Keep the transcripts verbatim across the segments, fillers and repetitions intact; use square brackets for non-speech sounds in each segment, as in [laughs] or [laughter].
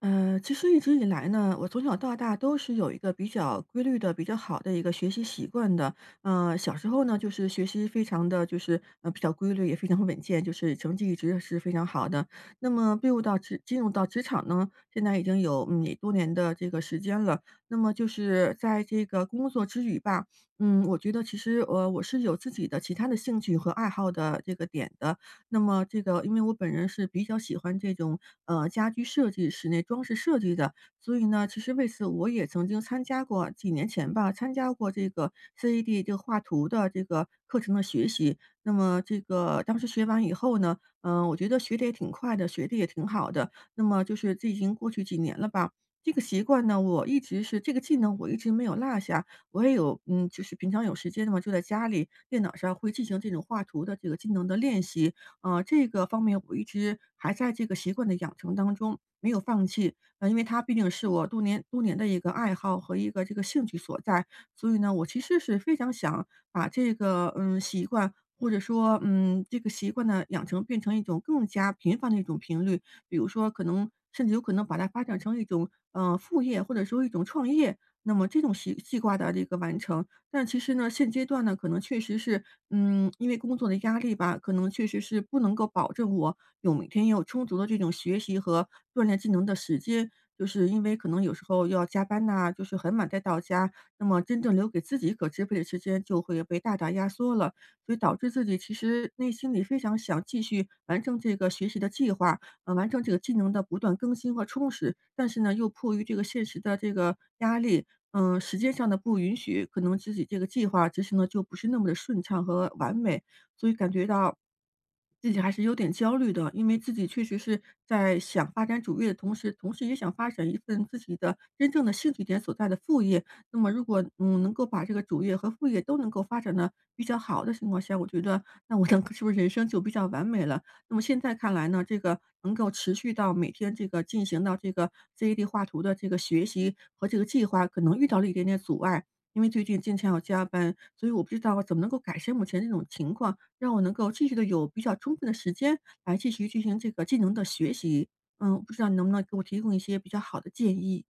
呃，其实一直以来呢，我从小到大都是有一个比较规律的、比较好的一个学习习惯的。呃，小时候呢，就是学习非常的就是呃比较规律，也非常稳健，就是成绩一直是非常好的。那么进入到职进入到职场呢，现在已经有嗯也多年的这个时间了。那么就是在这个工作之余吧，嗯，我觉得其实呃我是有自己的其他的兴趣和爱好的这个点的。那么这个因为我本人是比较喜欢这种，呃，家居设计、室内装饰设计的，所以呢，其实为此我也曾经参加过几年前吧，参加过这个 C A D 这个画图的这个课程的学习。那么这个当时学完以后呢，嗯，我觉得学的也挺快的，学的也挺好的。那么就是这已经过去几年了吧，这个习惯呢，我一直是这个技能我一直没有落下。我也有嗯，就是平常有时间的话，就在家里电脑上会进行这种画图的这个技能的练习。呃，这个方面我一直还在这个习惯的养成当中，没有放弃。呃，因为它毕竟是我多年多年的一个爱好和一个这个兴趣所在，所以呢，我其实是非常想把这个，嗯，习惯或者说，嗯，这个习惯的养成变成一种更加频繁的一种频率。比如说可能甚至有可能把它发展成一种，呃，副业或者说一种创业，那么这种习计惯的这个完成，但其实呢，现阶段呢，可能确实是，嗯，因为工作的压力吧，可能确实是不能够保证我有每天有充足的这种学习和锻炼技能的时间。就是因为可能有时候要加班呐，就是很晚才到家，那么真正留给自己可支配的时间就会被大大压缩了，所以导致自己其实内心里非常想继续完成这个学习的计划，呃，完成这个技能的不断更新和充实，但是呢，又迫于这个现实的这个压力，嗯，时间上的不允许，可能自己这个计划执行的就不是那么的顺畅和完美，所以感觉到自己还是有点焦虑的。因为自己确实是在想发展主业的同时，同时也想发展一份自己的真正的兴趣点所在的副业。那么如果嗯能够把这个主业和副业都能够发展的比较好的情况下，我觉得那我能 [laughs] 是不是人生就比较完美了？那么现在看来呢，这个能够持续到每天这个进行到这个 C A D 画图的这个学习和这个计划，可能遇到了一点点阻碍。因为最近经常要加班，所以我不知道怎么能够改善目前这种情况，让我能够继续的有比较充分的时间来继续进行这个技能的学习。嗯，不知道你能不能给我提供一些比较好的建议？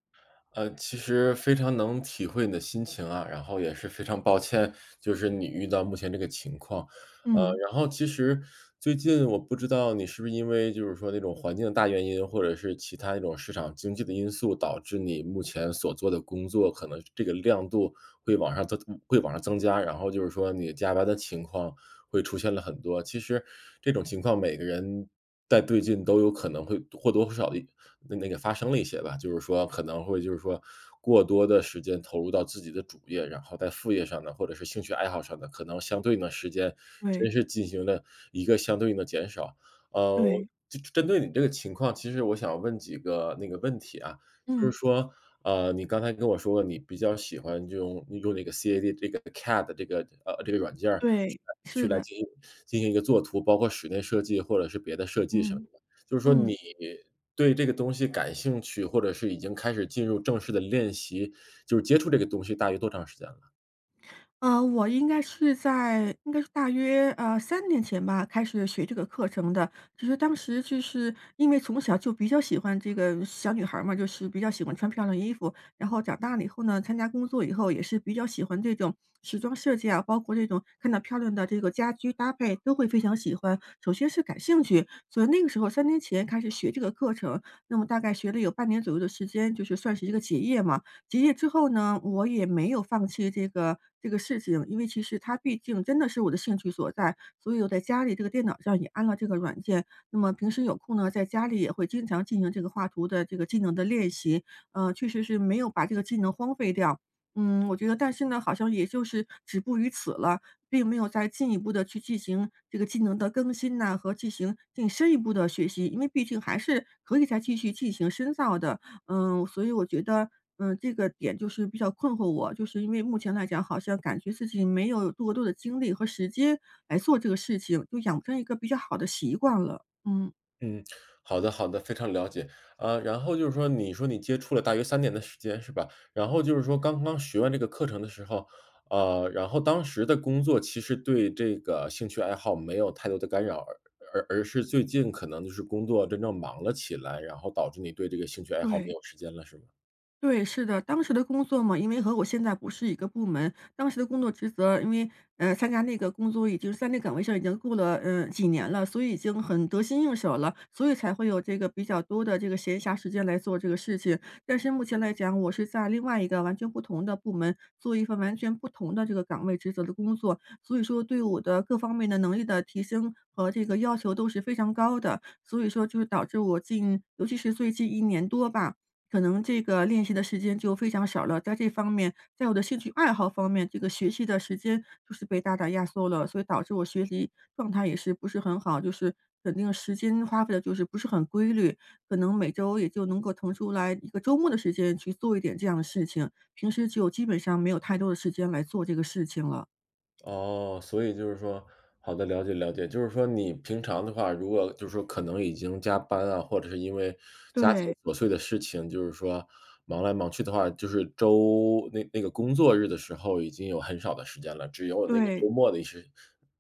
呃，其实非常能体会你的心情啊，然后也是非常抱歉，就是你遇到目前这个情况。呃，嗯，然后其实最近我不知道你是不是因为就是说那种环境的大原因，或者是其他那种市场经济的因素，导致你目前所做的工作可能这个亮度会往上增会往上增加，然后就是说你加班的情况会出现了很多。其实这种情况每个人在最近都有可能会或多或少的那那个发生了一些吧，就是说可能会就是说过多的时间投入到自己的主业，然后在副业上呢，或者是兴趣爱好上呢，可能相对呢时间真对是进行了一个相对应的减少。呃，对。就针对你这个情况，其实我想问几个那个问题啊，就是嗯，说，呃，你刚才跟我说你比较喜欢用用那个 C A D 这个 C A D 这个呃这个软件儿去对，来去是来的。进行进行一个作图，包括室内设计或者是别的设计什么。嗯就是说嗯。你对这个东西感兴趣，或者是已经开始进入正式的练习，就是接触这个东西大约多长时间了？呃，我应该是在应该是大约，呃三年前吧，开始学这个课程的。其实当时就是因为从小就比较喜欢这个小女孩儿嘛，就是比较喜欢穿漂亮衣服。然后长大了以后呢，参加工作以后也是比较喜欢这种时装设计啊，包括这种看到漂亮的这个家居搭配都会非常喜欢。首先是感兴趣，所以那个时候三年前开始学这个课程，那么大概学了有半年左右的时间，就是算是一个结业嘛。结业之后呢，我也没有放弃这个这个事情，因为其实它毕竟真的是我的兴趣所在，所以我在家里这个电脑上也安了这个软件。那么平时有空呢，在家里也会经常进行这个画图的这个技能的练习，呃，确实是没有把这个技能荒废掉。嗯，我觉得但是呢，好像也就是止步于此了，并没有再进一步的去进行这个技能的更新呐，和进行更深一步的学习，因为毕竟还是可以再继续进行深造的。嗯，所以我觉得，嗯，这个点就是比较困惑我，就是因为目前来讲，好像感觉自己没有多多的精力和时间来做这个事情，就养成一个比较好的习惯了。嗯，嗯，好的好的，非常了解。啊。然后就是说你说你接触了大约三年的时间是吧？然后就是说刚刚学完这个课程的时候，呃，然后当时的工作其实对这个兴趣爱好没有太多的干扰，而而而是最近可能就是工作真正忙了起来，然后导致你对这个兴趣爱好没对。有时间了，是吗？对，是的，当时的工作嘛，因为和我现在不是一个部门，当时的工作职责，因为呃参加那个工作已经在那岗位上已经过了嗯呃几年了，所以已经很得心应手了，所以才会有这个比较多的这个闲暇时间来做这个事情。但是目前来讲，我是在另外一个完全不同的部门做一份完全不同的这个岗位职责的工作，所以说对我的各方面的能力的提升和这个要求都是非常高的，所以说就是导致我近，尤其是最近一年多吧。可能这个练习的时间就非常少了，在这方面，在我的兴趣爱好方面，这个学习的时间就是被大大压缩了，所以导致我学习状态也是不是很好，就是肯定时间花费的就是不是很规律，可能每周也就能够腾出来一个周末的时间去做一点这样的事情，平时就基本上没有太多的时间来做这个事情了。哦，所以就是说好的，了解了解。就是说你平常的话，如果就是说可能已经加班啊，或者是因为家庭对，琐碎的事情，就是说忙来忙去的话，就是周那那个工作日的时候已经有很少的时间了，只有那个对，周末的一些。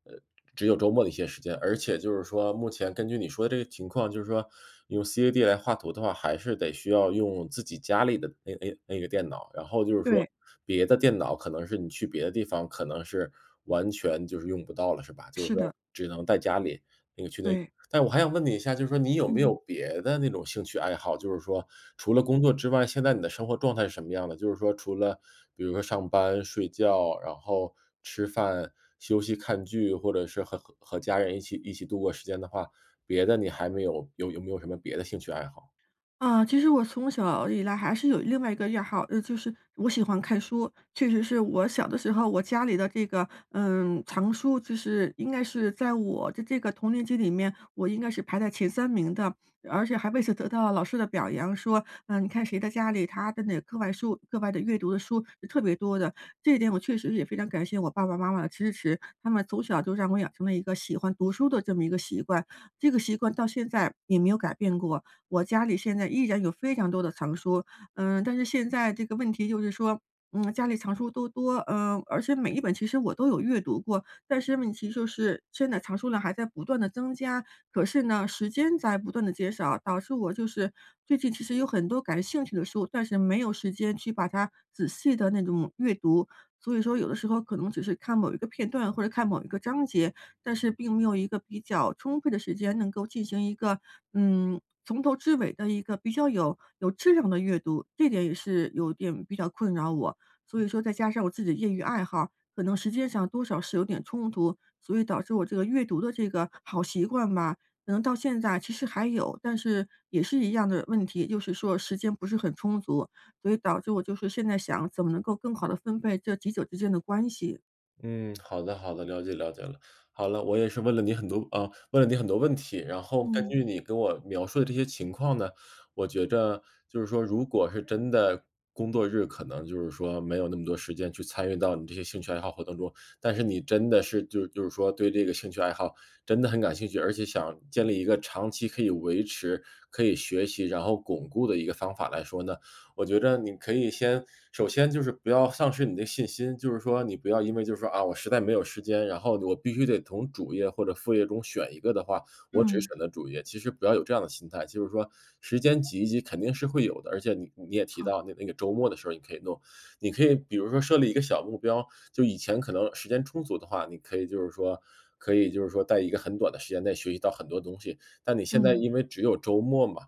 呃呃只有周末的一些时间。而且就是说，目前根据你说的这个情况，就是说用 C A D 来画图的话，还是得需要用自己家里的那那那个电脑，然后就是说对，别的电脑可能是你去别的地方，可能是完全就是用不到了，是吧？就是是说的，只能在家里那个去那对。但我还想问你一下，就是说你有没嗯。有别的那种兴趣爱好？就是说除了工作之外，现在你的生活状态是什么样的？就是说除了比如说上班、睡觉，然后吃饭、休息、看剧，或者是和和和家人一起一起度过时间的话，别的你还没有有有没有什么别的兴趣爱好？啊，其实我从小以来还是有另外一个爱好，呃，就是我喜欢看书。确实是我小的时候，我家里的这个，嗯，藏书就是应该是在我的这个同年级里面，我应该是排在前三名的，而且还为此得到了老师的表扬，说，嗯，你看谁的家里他的那个课外书、课外的阅读的书是特别多的。这一点我确实也非常感谢我爸爸妈妈的支持，他们从小就让我养成了一个喜欢读书的这么一个习惯，这个习惯到现在也没有改变过。我家里现在依然有非常多的藏书，嗯，但是现在这个问题就是说，嗯，家里藏书都多，嗯，而且每一本其实我都有阅读过，但是问题就是现在藏书量还在不断的增加，可是呢，时间在不断的减少，导致我就是最近其实有很多感兴趣的书，但是没有时间去把它仔细的那种阅读。所以说有的时候可能只是看某一个片段或者看某一个章节，但是并没有一个比较充沛的时间能够进行一个，嗯，从头至尾的一个比较有有质量的阅读，这点也是有点比较困扰我。所以说再加上我自己的业余爱好，可能时间上多少是有点冲突，所以导致我这个阅读的这个好习惯吧，可能到现在其实还有，但是也是一样的问题，就是说时间不是很充足，所以导致我就是现在想怎么能够更好的分配这几者之间的关系。嗯，好的好的，了解了解了。好了，我也是问了你很多啊，问了你很多问题，然后根嗯。据你跟我描述的这些情况呢，我觉着就是说，如果是真的工作日可能就是说没有那么多时间去参与到你这些兴趣爱好活动中，但是你真的是就就是说对这个兴趣爱好真的很感兴趣，而且想建立一个长期可以维持、可以学习，然后巩固的一个方法来说呢，我觉着你可以先首先就是不要丧失你的信心，就是说你不要因为就是说，啊，我实在没有时间，然后我必须得从主业或者副业中选一个的话，我只嗯，选择主业。其实不要有这样的心态，就是说时间挤一挤肯定是会有的，而且你你也提好。到那那个周末的时候你可以弄，你可以比如说设立一个小目标，就以前可能时间充足的话，你可以就是说可以就是说在一个很短的时间内学习到很多东西，但你现在嗯嗯。因为只有周末嘛，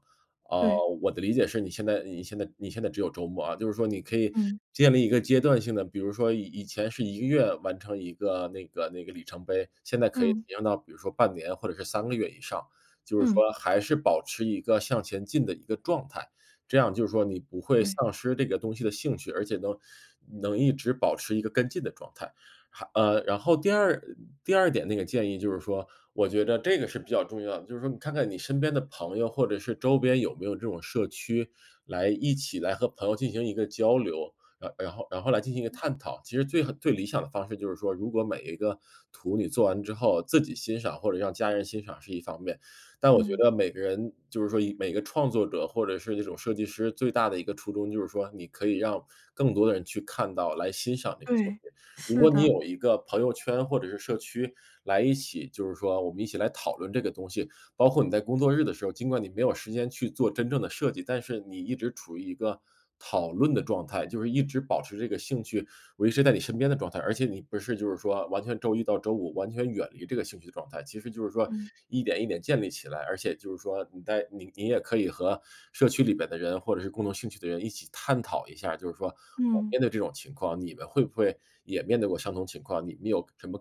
啊，对。我的理解是你现在你现在你现在只有周末啊，就是说你可以嗯，建立一个阶段性的，比如说以以前是一个月完成一个那个那个里程碑，现在可以嗯，提升到比如说半年或者是三个月以上，就是嗯，说还是保持一个向前进的一个状态。这样就是说你不会对。丧失这个东西的兴趣，而且能能一直保持一个跟进的状态。还呃，然后第二第二点那个建议就是说，我觉得这个是比较重要的，就是说你看看你身边的朋友或者是周边有没有这种社区，来一起来和朋友进行一个交流，然然后然后来进行一个探讨。其实最最理想的方式就是说，如果每一个图你做完之后自己欣赏或者让家人欣赏是一方面，但我觉嗯，得每个人就是说以每个创作者或者是这种设计师最大的一个初衷就是说，你可以让更多的人去看到来欣赏这个作对，品。如是果你的。有一个朋友圈或者是社区，来一起就是说我们一起来讨论这个东西，包括你在工作日的时候，尽管你没有时间去做真正的设计，但是你一直处于一个讨论的状态，就是一直保持这个兴趣，我一直在你身边的状态，而且你不是就是说完全周一到周五完全远离这个兴趣的状态，其实就是说嗯，一点一点建立起来，而且就是说你在你你也可以和社区里边的人或者是共同兴趣的人一起探讨一下，就是说我嗯。面对这种情况，你们会不会也面对过相同情况？你们有什么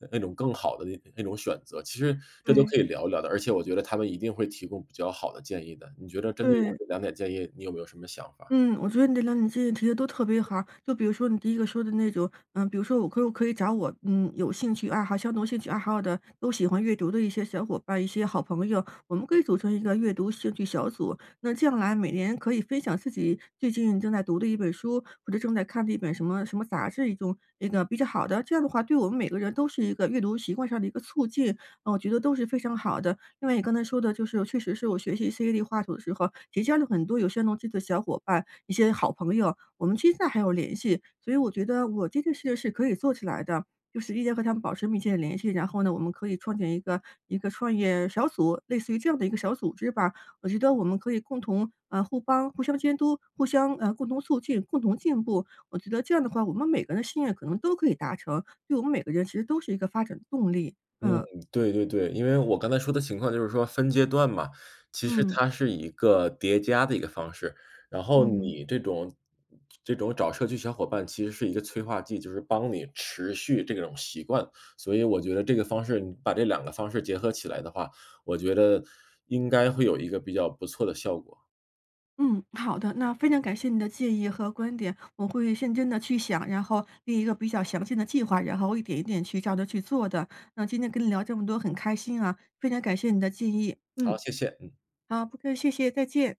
呃那种更好的那那种选择？其实这都对，可以聊一聊的，而且我觉得他们一定会提供比较好的建议的。你觉得针对我对。这两点建议，你有没有什么想法？嗯，我觉得你这两点建议提的都特别好。就比如说你第一个说的那种，嗯，比如说我可不可以找我嗯有兴趣爱好、相同兴趣爱好的、都喜欢阅读的一些小伙伴、一些好朋友，我们可以组成一个阅读兴趣小组。那这样来，每年可以分享自己最近正在读的一本书，或者正在看的一本什么什么杂志，一种一个比较好的。这样的话，对我们每个人都是一个阅读习惯上的一个促进，呃我觉得都是非常好的。另外你刚才说的就是，确实是我学习 C A D 画图的时候，结交了很多有相同志趣的小伙伴，一些好朋友，我们现在还有联系，所以我觉得我这件事是可以做起来的，就是一直和他们保持密切的联系，然后呢，我们可以创建一个一个创业小组，类似于这样的一个小组织吧。我觉得我们可以共同呃互帮、互相监督、互相呃共同促进、共同进步。我觉得这样的话，我们每个人的心愿可能都可以达成，对我们每个人其实都是一个发展动力。嗯，嗯对对对，因为我刚才说的情况就是说分阶段嘛，其实嗯它是一个叠加的一个方式。然后嗯。你这种这种找社区小伙伴其实是一个催化剂，就是帮你持续这种习惯。所以我觉得这个方式，你把这两个方式结合起来的话，我觉得应该会有一个比较不错的效果。嗯，好的，那非常感谢你的建议和观点，我会认真的去想，然后列一个比较详细的计划，然后一点一点去照着去做的。那今天跟你聊这么多，很开心啊，非常感谢你的建议。好，嗯，谢谢，嗯。好，不客气，谢谢，再见。